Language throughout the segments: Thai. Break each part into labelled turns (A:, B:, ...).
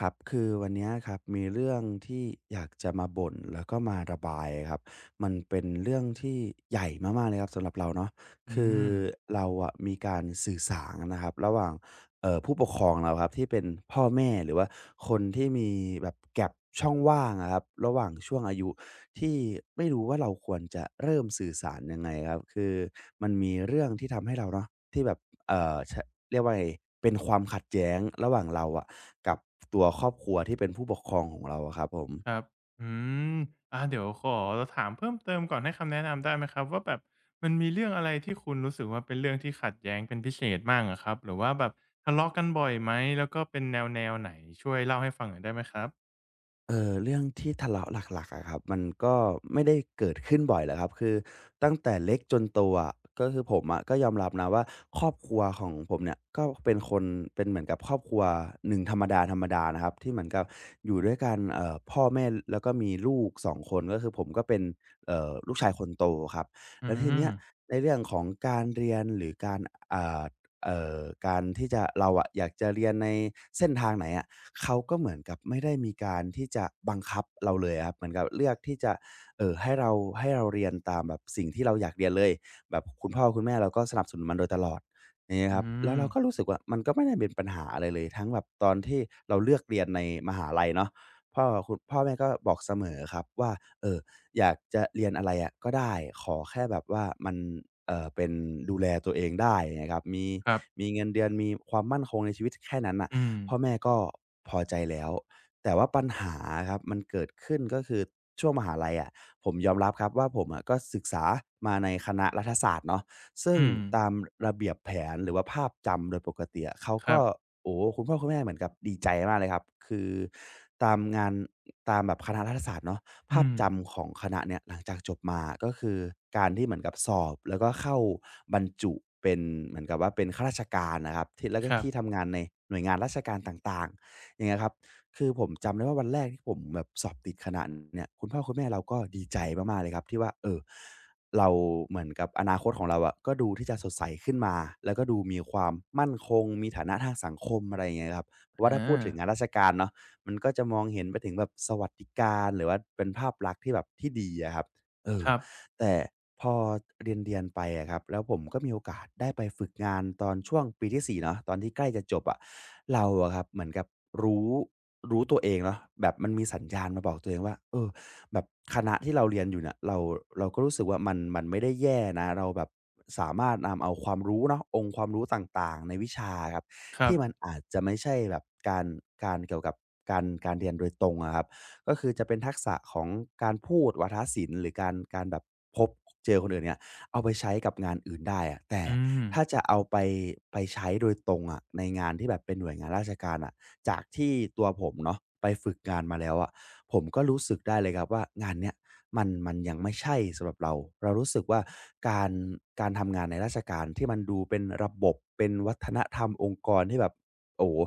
A: ครับคือวันเนี้ยครับมีเรื่องที่อยากจะมาบ่นแล้วก็มาระบายครับมันเป็นเรื่องที่ใหญ่มากๆเลยครับสำหรับเราเนาะ
B: อื
A: คือ
B: ม
A: เราอะมีการสื่อสารนะครับระหว่างผู้ปกครองเราครับที่เป็นพ่อแม่หรือว่าคนที่มีแบบแก a บช่องว่างอะครับระหว่างช่วงอายุ ที่ไม่รู้ว่าเราควรจะเริ่มสื่อสารยังไงครับคือมันมีเรื่องที่ทำให้เราเนาะที่แบบเอ่อชเรียกว่าไงเป็นความขัดแย้งระหว่างเราอะกับตัวครอบครัวที่เป็นผู้ปกครองของเราอะครับผม
B: ครับอืมเดี๋ยวขอถามเพิ่มเติมก่อนให้คำแนะนำได้ไหมครับว่าแบบมันมีเรื่องอะไรที่คุณรู้สึกว่าเป็นเรื่องที่ขัดแย้งเป็นพิเศษบ้างอะครับหรือว่าแบบทะเลาะกันบ่อยไหมแล้วก็เป็นแนวไหนช่วยเล่าให้ฟังหน่อยได้ไหมครับ
A: เออเรื่องที่ทะเลาะหลักๆอะครับมันก็ไม่ได้เกิดขึ้นบ่อยหรอกครับคือตั้งแต่เล็กจนโตอะก็คือผมอะก็ยอมรับนะว่าครอบครัวของผมเนี่ยก็เป็นคนเป็นเหมือนกับครอบครัวหนึ่งธรรมดาธรรมดานะครับที่เหมือนกับอยู่ด้วยกันพ่อแม่แล้วก็มีลูก2คนก็คือผมก็เป็นลูกชายคนโตครับ
B: อื
A: แล้วทีเนี้
B: ม
A: ยในเรื่องของการเรียนหรือการอ่าเอ่อการที่จะเราอะอยากจะเรียนในเส้นทางไหนอะ เขาก็เหมือนกับไม่ได้มีการที่จะบังคับเราเลยอะครับเหมือนกับเลือกที่จะให้เราให้เราเรียนตามแบบสิ่งที่เราอยากเรียนเลยแบบคุณพ่อคุณแม่เราก็สนับสนุนมันโดยตลอดอย่างเงี้ยค
B: อื
A: รับแล้ว
B: ม
A: เราก็รู้สึกว่ามันก็ไม่ได้เป็นปัญหาอะไรเลยทั้งแบบตอนที่เราเลือกเรียนในมหาลัยเนาะพ่อคุณพ่อแม่ก็บอกเสมอครับว่าเอ่ออยากจะเรียนอะไรอะก็ได้ขอแค่แบบว่ามันเป็นดูแลตัวเองได้อย่างเงี้ยครับมี
B: ครับ
A: มีเงินเดือนมีความมั่นคงในชีวิตแค่นั้นน่ะ
B: อืม
A: พ่อแม่ก็พอใจแล้ว แต่ว่าปัญหาครับมันเกิดขึ้นก็คือช่วงมหาลัยอะะผมยอมรับครับว่าผมอะะก็ศึกษามาในคณะรัฐศาสตร์เนาะซึ่ง
B: อืม
A: ตามระเบียบแผนหรือว่าภาพจำโดยปกติอะเขา
B: ครั
A: ก็
B: บ
A: โอ้คุณพ่อคุณแม่เหมือนกับดีใจมากเลยครับคือตามงานตามแบบคณะรัฐศาสตร์เนาะ
B: อื
A: ภาพ
B: ม
A: จำของคณะเนี่ยหลังจากจบมาก็คือการที่เหมือนกับสอบแล้วก็เข้าบรรจุเป็นเหมือนกับว่าเป็นข้าราชการนะครับที่แล้ว
B: ค
A: ก็
B: รับ
A: ที่ทำงานในหน่วยงานราชการต่างๆอย่างเงี้ยครับคือผมจำได้ว่าวันแรกที่ผมแบบสอบติดคณะเนี่ยคุณพ่อคุณแม่เราก็ดีใจมากๆเลยครับที่ว่าเราเหมือนกับอนาคตของเราอะก็ดูที่จะสดใสขึ้นมาแล้วก็ดูมีความมั่นคงมีฐานะทางสังคมอะไรอย่างเงี้ยครับเพราะว่าถ้าพูดถึง
B: อา
A: งานราชการเนาะ มันก็จะมองเห็นไปถึงแบบสวัสดิการหรือว่าเป็นภาพลักษณ์ที่แบบที่ดีอะครับเออ
B: ครับ
A: แต่พอเรียนๆไปอะครับแล้วผมก็มีโอกาสได้ไปฝึกงานตอนช่วงปีที่4เนาะตอนที่ใกล้จะจบอะเราอะครับเหมือนกับรู้รู้ตัวเองเนาะแบบมันมีสัญญาณมาบอกตัวเองว่าเออแบบคณะที่เราเรียนอยู่เนี่ยเราเราก็รู้สึกว่ามันมันไม่ได้แย่นะเราแบบสามารถนำเอาความรู้เนาะองค์ความรู้ต่างๆในวิชาอะครับ
B: ครับ
A: ที่มันอาจจะไม่ใช่แบบการการเกี่ยวกับการการเรียนโดยตรงอะครับก็คือจะเป็นทักษะของการพูดวาทศิลป์หรือการการแบบพบเจอคนอื่นเนี่ยเอาไปใช้กับงานอื่นได้อะแต่
B: อืม
A: ถ้าจะเอาไปไปใช้โดยตรงอะในงานที่แบบเป็นหน่วยงานราชการอะจากที่ตัวผมเนาะไปฝึกงานมาแล้วอะผมก็รู้สึกได้เลยครับว่างานเนี้ย มันมันยังไม่ใช่สำหรับเราเรารู้สึกว่าการการทำงานในราชการที่มันดูเป็นระบบเป็นวัฒนธรรมองค์กรที่แบบโอ้โฮ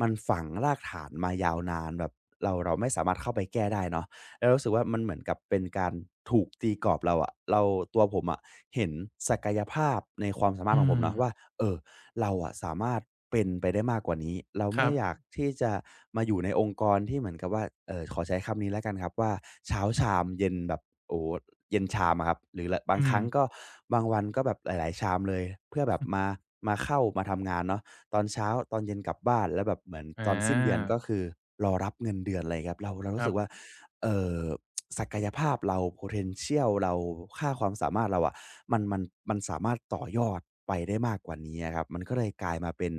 A: มันฝังรากฐานมายาวนานแบบเราเราไม่สามารถเข้าไปแก้ได้เนาะแล้วรรู้สึกว่ามันเหมือนกับเป็นการถูกตีกรอบเราอะเราตัวผมอะเห็นศักยภาพในความสามารถ
B: อื
A: ของผม
B: ม
A: เนาะว่าเออ เราอะสามารถเป็นไปได้มากกว่านี้ เรา
B: ค
A: ไม่
B: รั
A: อยาก
B: บ
A: ที่จะมาอยู่ในองค์กรที่เหมือนกับว่าขอใช้คำนี้แล้วกันครับว่าเช้าชามเย็นแบบโอ้โฮเย็นชามอะครับหรือลบาง
B: อื
A: ค
B: ม
A: รั้งก็บางวันก็แบบหลายๆชามเลยเพื่อแบบมามาเข้ามาทำงานเนาะตอนเช้าตอนเย็นกลับบ้านแล้วแบบเหมือนตอ
B: อา
A: นสิ้นเดือนก็คือรอรับเงินเดือนอะไรอย่างเงี้ยครับเรา
B: ค
A: รู้
B: รั
A: สึกว่า
B: บ
A: เอ่อ ศักยภาพเรา potential เราค่าความสามารถเราอะมันมันมันสามารถต่อยอดไปได้มากกว่านี้อะครับมันก็เลยกลายมาเป็น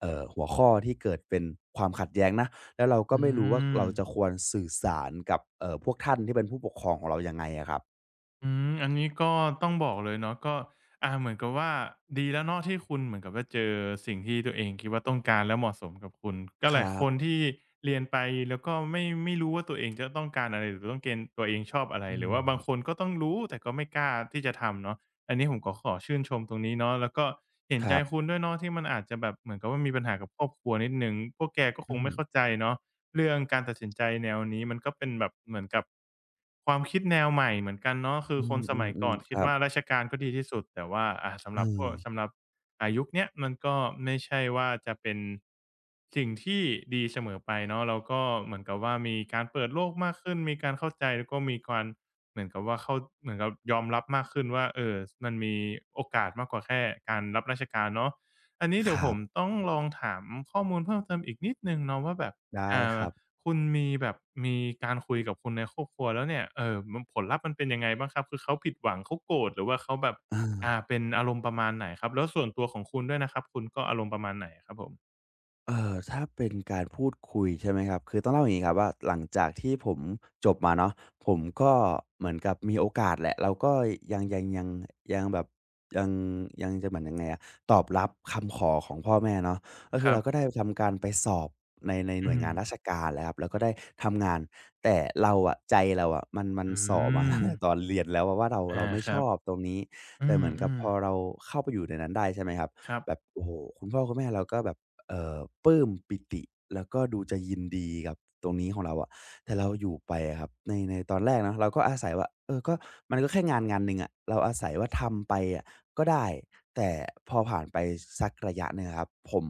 A: หัวข้อที่เกิดเป็นความขัดแย้งนะแล้วเราก็
B: อื
A: ไม่รู้ว่า
B: ม
A: เราจะควรสื่อสารกับพวกท่านที่เป็นผู้ปกครองของเรายังไงอะครับ
B: อืมอันนี้ก็ต้องบอกเลยเนาะก็เหมือนกับว่าดีแล้วเนาะที่คุณเหมือนกับว่าเจอสิ่งที่ตัวเองคิดว่าต้องการและเหมาะสมกับคุณก็
A: ค
B: หลาย
A: รั
B: คน
A: บ
B: ที่เรียนไปแล้วก็ไม่รู้ว่าตัวเองจะต้องการอะไรหรือต้องเกณฑ์ตัวเองชอบอะไร
A: อื
B: หรือ
A: ม
B: ว่าบางคนก็ต้องรู้แต่ก็ไม่กล้าที่จะทำเนาะอันนี้ผมก็ขอชื่นชมตรงนี้เนาะแล้วก็เห็น
A: ค
B: ใจ
A: รั
B: คุ
A: บ
B: ณด้วยเนาะที่มันอาจจะแบบเหมือนกับว่ามีปัญหากับครอบครัวนิดหนึ่งพวกแกก็ค
A: อื
B: ง
A: ม
B: ไม่เข้าใจเนาะ เรื่องการตัดสินใจแนวนี้มันก็เป็นแบบเหมือนกับความคิดแนวใหม่เหมือนกันเนาะคื
A: อื
B: อคนสมัยก่อ
A: ม
B: น
A: ๆๆค
B: คิด
A: รับ
B: ว่าราชการก็ดีที่สุดแต่ว่าสำ
A: เอ
B: หรับพว
A: อ
B: กสำหรับยุคเนี้ยมันก็ไม่ใช่ว่าจะเป็นสิ่งที่ดีเสมอไปเนาะเราก็เหมือนกับว่ามีการเปิดโลกมากขึ้นมีการเข้าใจแล้วก็มีการเหมือนกับว่าเข้าเหมือนกับยอมรับมากขึ้นว่ามันมีโอกาสมากกว่าแค่การรับราชการเนาะอันนี้
A: ค
B: เดี๋ยวผ
A: รั
B: ม
A: บ
B: ต้องลองถามข้อมูลเพิ่มเติมอีกนิดหนึ่งเนาะว่าแบบ
A: ได้ค
B: อ่า
A: รับ
B: คุณมีแบบมีการคุยกับคนในครอบครัวแล้วเนี่ยมันผลลัพธ์มันเป็นยังไงบ้างครับคือเขาผิดหวังเขาโกรธหรือว่าเขาแบบ
A: เออ
B: เป็นอารมณ์ประมาณไหนครับแล้วส่วนตัวของคุณด้วยนะครับคุณก็อารมณ์ประมาณไหนอะครับผม
A: ถ้าเป็นการพูดคุยใช่ไหมครับคือต้องเล่าอย่างงี้ครับว่าหลังจากที่ผมจบมาเนาะผมก็เหมือนกับมีโอกาสแหละเราก็ยังยังยังยังแบบยังยังจะเหมือนยังไงอะตอบรับคำขอของพ่อแม่เนาะก็
B: ค
A: คือ
B: รั
A: เรา
B: บ
A: ก็ได้ทำการไปสอบในหน่
B: อื
A: วย
B: ม
A: งานราชการแล้วครับแล้วก็ได้ทำงานแต่เราอะใจเราอะมัน
B: อื
A: ส่อมา ตั้
B: ม
A: งแต่ตอนเรียนแล้วอะว่าเรา
B: อา
A: เราไม่
B: ค
A: ช
B: รับ
A: อบตรงนี้
B: อื
A: แต่เหมือนกับ
B: ม
A: พอ
B: ๆ
A: เราเข้าไปอยู่ในนั้นได้ใช่ไหมครับ
B: ครับ
A: แบบโอ้โฮคุณพ่อคุณแม่เราก็แบบ เอ่อปลื้มปิติแล้วก็ดูจะยินดีกับตรงนี้ของเราอะแต่เราอยู่ไปอะครับในตอนแรกเนาะเราก็อาศัยว่าเออก็มันก็แค่งานหนึ่งอะเราอาศัยว่าทำไปอะก็ได้แต่พอผ่านไปสักระยะหนึ่งะครับผม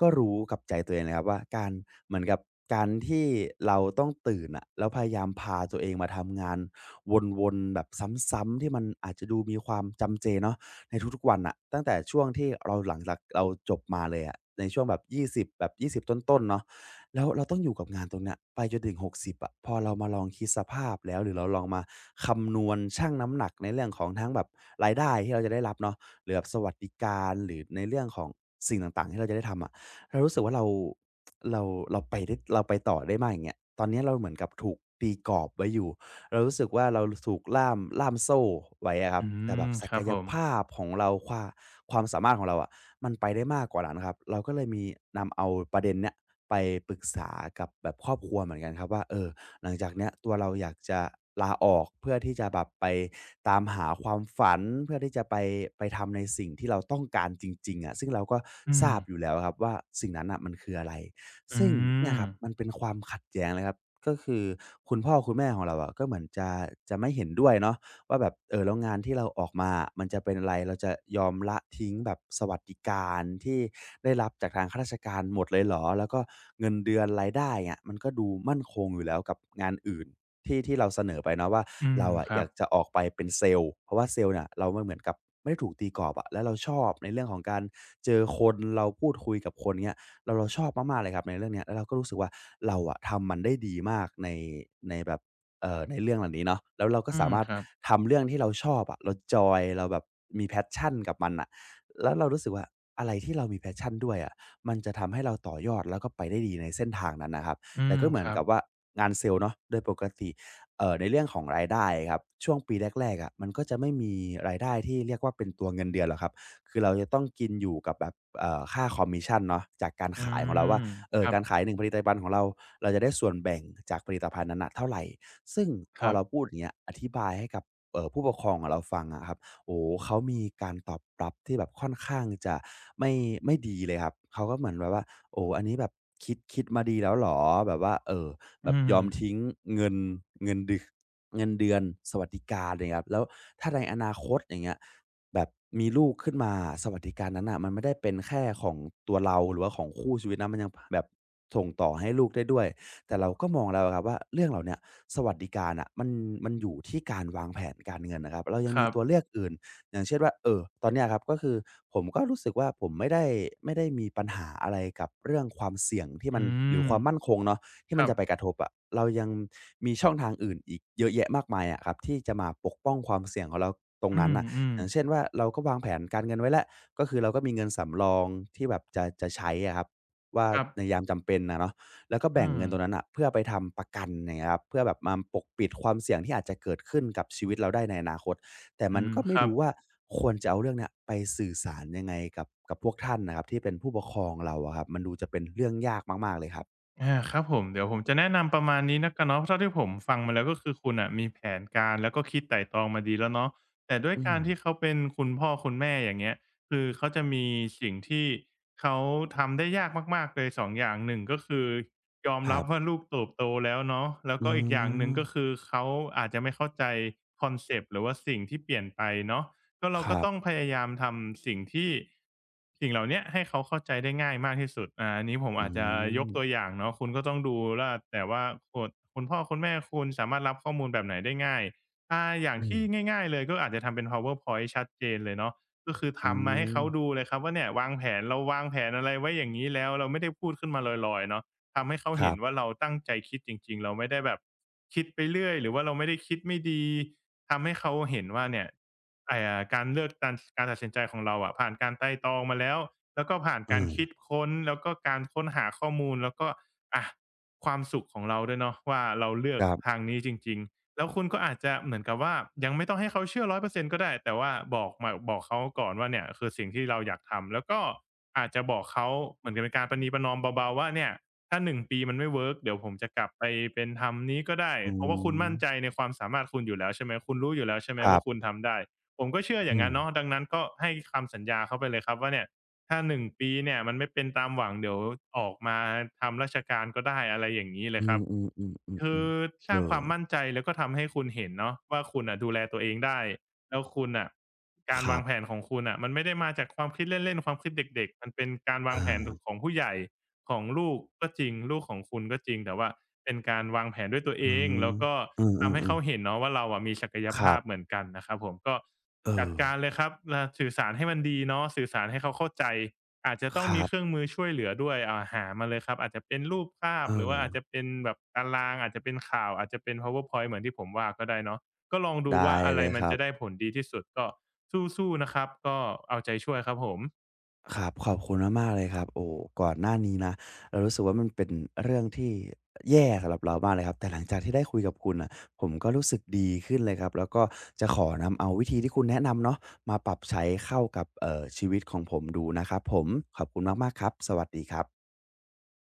A: ก็รู้กับใจตัวเองนะครับว่าการเหมือนกับการที่เราต้องตื่นอะแล้วพยายามพาตัวเองมาทำงานวนๆแบบซ้ำๆที่มันอาจจะดูมีความจำเจเนาะ ในทุกๆวันอ่ะตั้งแต่ช่วงที่เราหลังจากเราจบมาเลยอะในช่วงแบบ20แบบ20ต้นๆเนาะแล้วเราต้องอยู่กับงานตรงเนี้ยไปจนถึง60อะพอเรามาลองคิดสภาพแล้วหรือเราลองมาคำนวณชั่งน้ำหนักในเรื่องของทั้งแบบรายได้ที่เราจะได้รับเนาะหรือแบบสวัสดิการหรือในเรื่องของสิ่งต่างๆที่เราจะได้ทำอะเรารู้สึกว่าเราเราไปได้เราไปต่อได้มากอย่างเงี้ยตอนเนี้ยเราเหมือนกับถูกตีกรอบไว้อยู่ เรารู้สึกว่าเราถูกล่ามโซ่ไว้อะครั
B: อื
A: บแต่แบ
B: ม
A: บศั
B: ค
A: ก
B: รับ
A: ย
B: ผม
A: ภาพของเราความสามารถของเราอะะมันไปได้มากกว่านั้นครับเราก็เลยมีนำเอาประเด็นเนี้ยไปปรึกษากับแบบครอบครัวเหมือนกันครับว่าเออหลังจากเนี้ยตัวเราอยากจะลาออกเพื่อที่จะแบบไปตามหาความฝันเพื่อที่จะไปทำในสิ่งที่เราต้องการจริงๆอะะซึ่งเราก็
B: อื
A: ท
B: ม
A: ราบอยู่แล้วครับว่าสิ่งนั้นอ่ะมันคืออะไร
B: อื
A: ซึ่งเนี่ย
B: ม
A: ครับมันเป็นความขัดแย้งเลยครับก็คือคุณพ่อคุณแม่ของเราอะก็เหมือนจะไม่เห็นด้วยเนาะว่าแบบเออแล้วงานที่เราออกมามันจะเป็นอะไรเราจะยอมละทิ้งแบบสวัสดิการที่ได้รับจากทางข้าราชการหมดเลยเหรอแล้วก็เงินเดือนรายได้อะมันก็ดูมั่นคงอยู่แล้วกับงานอื่นที่เราเสนอไปเนาะว่า
B: อืม
A: เราอะ
B: ค
A: อ
B: รับ
A: ยากจะออกไปเป็นเซลล์เพราะว่าเซลล์เนี่ยเราไม่เหมือนกับไม่ได้ถูกตีกรอบอะแล้วเราชอบในเรื่องของการเจอคนเราพูดคุยกับคนเนี้ย เราชอบมากๆเลยครับในเรื่องเนี้ยแล้วเราก็รู้สึกว่าเราอะทำมันได้ดีมากในแบบในเรื่องเหล่านี้เนาะแล้วเราก็
B: อื
A: สา
B: ม
A: มารถ
B: ครับ
A: ทำเรื่องที่เราชอบอะเราจอยเราแบบมี passion กับมันน่ะแล้วเรารู้สึกว่าอะไรที่เรามี passion ด้วยอะมันจะทำให้เราต่อยอดแล้วก็ไปได้ดีในเส้นทางนั้นน่ะครับ
B: อื
A: แต่
B: ม
A: ก็เหมื
B: ค
A: อน
B: รับ
A: กับว่างานเซลส์เนาะโดยปกติในเรื่องของรายได้ครับช่วงปีแรกๆอะมันก็จะไม่มีรายได้ที่เรียกว่าเป็นตัวเงินเดือนหรอกครับ คือเราจะต้องกินอยู่กับแบบค่าคอมมิชชันเนาะจากการ
B: อื
A: ขายของเราว่า
B: ม
A: เอ
B: ค
A: อ
B: รับ
A: การขายหนึ่งผลิตภัณฑ์ของเราเราจะได้ส่วนแบ่งจากผลิตภัณฑ์นั้นนะเท่าไหรซึ่งพ
B: ค
A: อ
B: รั
A: เรา
B: บ
A: พูดอย่างเงี้ยอธิบายให้กับผู้ปกครองของเราฟังอะครับโอ้เขามีการตอบรับที่แบบค่อนข้างจะไม่ไม่ดีเลยครับเขาก็เหมือนแบบว่าโอ้อันนี้แบบคิดมาดีแล้วหรอแบบว่าเออแบ
B: อื
A: บยอม
B: ม
A: ทิ้งเงินเงินดึกเงินเดือนสวัสดิการเงียครับแล้วถ้าในอนาคตอย่างเงี้ย แบบมีลูกขึ้นมาสวัสดิการนั้นน่ะมันไม่ได้เป็นแค่ของตัวเราหรือว่าของคู่ชีวิตนะมันยังพแบบส่งต่อให้ลูกได้ด้วยแต่เราก็มองแล้วอะครับว่าเรื่องเหล่าเนี้ยสวัสดิการน่ะมันอยู่ที่การวางแผนการเงินนะครับเรายัง
B: ค
A: มี
B: รับ
A: ตัวเลือกอื่นอย่างเช่นว่าตอนเนี้ยครับก็คือผมก็รู้สึกว่าผมไม่ได้มีปัญหาอะไรกับเรื่องความเสี่ยงที่มัน
B: อื
A: หรือ
B: ม
A: ความมั่นคงเนาะที่
B: ค
A: มั
B: รั
A: น
B: บ
A: จะไปกระทบอะเรายังมีช่องทางอื่นอีกเยอะแยะมากมายอะครับที่จะมาปกป้องความเสี่ยงของเราตรง
B: อื
A: นั้น
B: ม
A: น่ะ อย่างเช่นว่าเราก็วางแผนการเงินไว้แล้วก็คือเราก็มีเงินสำรองที่แบบจะใช้อะครับว่า
B: ๆครับ
A: ในยามจำเป็นอะเนาะแล้วก็แบ่
B: อื
A: ง
B: ม
A: เงินตรงนั้นน่ะเพื่อไปทำประกันอย่างเงี้ยครับเพื่อแบบมาปกปิดความเสี่ยงที่อาจจะเกิดขึ้นกับชีวิตเราได้ในอนาคตแต่
B: อื
A: มัน
B: ม
A: ก็
B: ค
A: ไม่
B: รับ
A: รู้ว่าควรจะเอาเรื่องเนี้ยไปสื่อสารยังไงกับพวกท่านน่ะครับที่เป็นผู้ปกครองเราอะครับมันดูจะเป็นเรื่องยากมากๆเลยครับ
B: อาครับผมเดี๋ยวผมจะแนะนำประมาณนี้แล้วกันเนาะเท่าที่ผมฟังมาแล้วก็คือคุณน่ะมีแผนการแล้วก็คิดไตร่ตรองมาดีแล้วเนาะแต่ด้วย
A: อื
B: กา
A: ม
B: รที่เขาเป็นคุณพ่อคุณแม่อย่างเงี้ยคือเขาจะมีสิ่งที่เขาทำได้ยากมากๆเลย2องอย่างหนึ่งก็คือยอม
A: ค
B: รั
A: รั
B: บ
A: บ
B: ว่าลูกเติบโตแล้วเนาะแล้ว
A: อ๋
B: ก็อีกอย่างหนึ่ง
A: อ
B: ก็คือเขาอาจจะไม่เข้าใจคอนเซปต์หรือว่าสิ่งที่เปลี่ยนไปเนาะ ก็เรา
A: ค
B: ก็
A: รั
B: ต้องพ
A: บ
B: ยายามทำสิ่งที่สิ่งเหล่าเนี้ยให้เขาเข้าใจได้ง่ายมากที่สุดอันนี้ผม
A: อื
B: อาจจะยกตัวอ
A: ม
B: ย่างเนาะคุณก็ต้องดูว่าแต่ว่าโขดคุณพ่อคุณแม่คุณสามารถรับข้อมูลแบบไหนได้ง่ายอาอย่าง
A: อื
B: ที่
A: ม
B: ง่ายๆเลยก็อาจจะทำเป็น PowerPoint ชัดเจนเลยเนาะก็คือ
A: อื
B: ทำมาให้
A: ม
B: เขาดูเลยครับว่าเนี่ยวางแผนเราวางแผนอะไรไว้อย่างงี้แล้วเราไม่ได้พูดขึ้นมาลอยๆเนาะ ทำให้เขา
A: ค
B: เห็
A: รั
B: นว่า
A: บ
B: เราตั้งใจคิดจริงๆ เราไม่ได้แบบคิดไปเรื่อยหรือว่าเราไม่ได้คิดไม่ดีทำให้เขาเห็นว่าเนี่ยไอ้การเลือกตันการตัดสินใจของเราอะผ่านการไตร่ตรองมาแล้วแล้วก็ผ่าน
A: เอ
B: การคิด
A: อ
B: ค้นแล้วก็การค้นหาข้อมูลแล้วก็อะความสุขของเราด้วยเนาะว่าเราเลือ
A: ค
B: ก
A: รั
B: ทาง
A: บ
B: นี้จริงๆแล้วคุณก็อาจจะเหมือนกับว่ายังไม่ต้องให้เขาเชื่อ100%ก็ได้แต่ว่าบอกมาบอกเขาก่อนว่าเนี่ยคือสิ่งที่เราอยากทำแล้วก็อาจจะบอกเขาเหมือนกับเป็นการประนีประนอมเบาๆว่าเนี่ย ถ้า1 ปีมันไม่เวิร์กเดี๋ยวผมจะกลับไปเป็นทำนี้ก็ได้
A: อื
B: เพราะว่าคุณ
A: ม
B: มั่นใจในความสามารถคุณอยู่แล้วใช่ไหมคุณรู้อยู่แล้วใช่ไหม
A: ครั
B: ว่าคุณ
A: บ
B: ทำได้ผมก็เชื่ออย่า
A: อื
B: งงั้
A: ม
B: นเนาะดังนั้นก็ให้คำสัญญาเขาไปเลยครับว่าเนี่ย ถ้า1 ปีเนี่ยมันไม่เป็นตามหวังเดี๋ยวออกมาทำราชการก็ได้อะไรอย่างนี้เล
A: อื
B: ยครับ
A: ม
B: คือ
A: ๆๆๆๆ
B: ส
A: เอ
B: ร้างค
A: อ
B: วามมั่นใจแล้วก็ทำให้คุณเห็นเนาะว่าคุณอ่ะดูแลตัวเองได้แล้วคุณอ่ะการ
A: ค
B: วา
A: รั
B: งแผ
A: บ
B: นของคุณอ่ะมันไม่ได้มาจากความคิดเล่นๆความคิดเด็กๆมันเป็นการวางแผน
A: อา
B: ของผู้ใหญ่ของลูกก็จริงลูกของคุณก็จริงแต่ว่าเป็นการวางแผนด้วยตัวเอ
A: อื
B: งแล้
A: ม
B: วก็
A: อื
B: ทำให้
A: อ
B: เขา
A: ๆ
B: เห็นเนาะว่าเราอะมีศักย
A: ๆครั
B: ภาพ
A: บ
B: เหมือนกันนะครับผมก็
A: เอ
B: จัด
A: อ
B: การเลยครับสื่อสารให้มันดีเนาะสื่อสารให้เขาเข้าใจอาจจะต้
A: ค
B: องมี
A: รั
B: เครื่อง
A: บ
B: มือช่วยเหลือด้วยหามาเลยครับอาจจะเป็นรูปภา
A: เ
B: พหรือว่าอาจ
A: ออ
B: จะเป็นแบบตารางอาจจะเป็นข่าวอาจจะเป็น PowerPoint เหมือนที่ผมว่าก็ได้เนาะก็ลองดู
A: ได้
B: ว่าอะไร
A: เลย
B: มั
A: ค
B: น
A: รั
B: จะได้
A: บ
B: ผลดีที่สุดก็สู้ๆนะครับก็เอาใจช่วยครับผม
A: ครับขอบคุณมากๆเลยครับโอ้ก่อนหน้านี้นะเรารู้สึกว่ามันเป็นเรื่องที่แย่สำหรับเรามากเลยครับแต่หลังจากที่ได้คุยกับคุณน่ะผมก็รู้สึกดีขึ้นเลยครับแล้วก็จะขอนำเอาวิธีที่คุณแนะนำเนาะมาปรับใช้เข้ากับชีวิตของผมดูนะครับผมขอบคุณมากๆครับสวัสดีครับ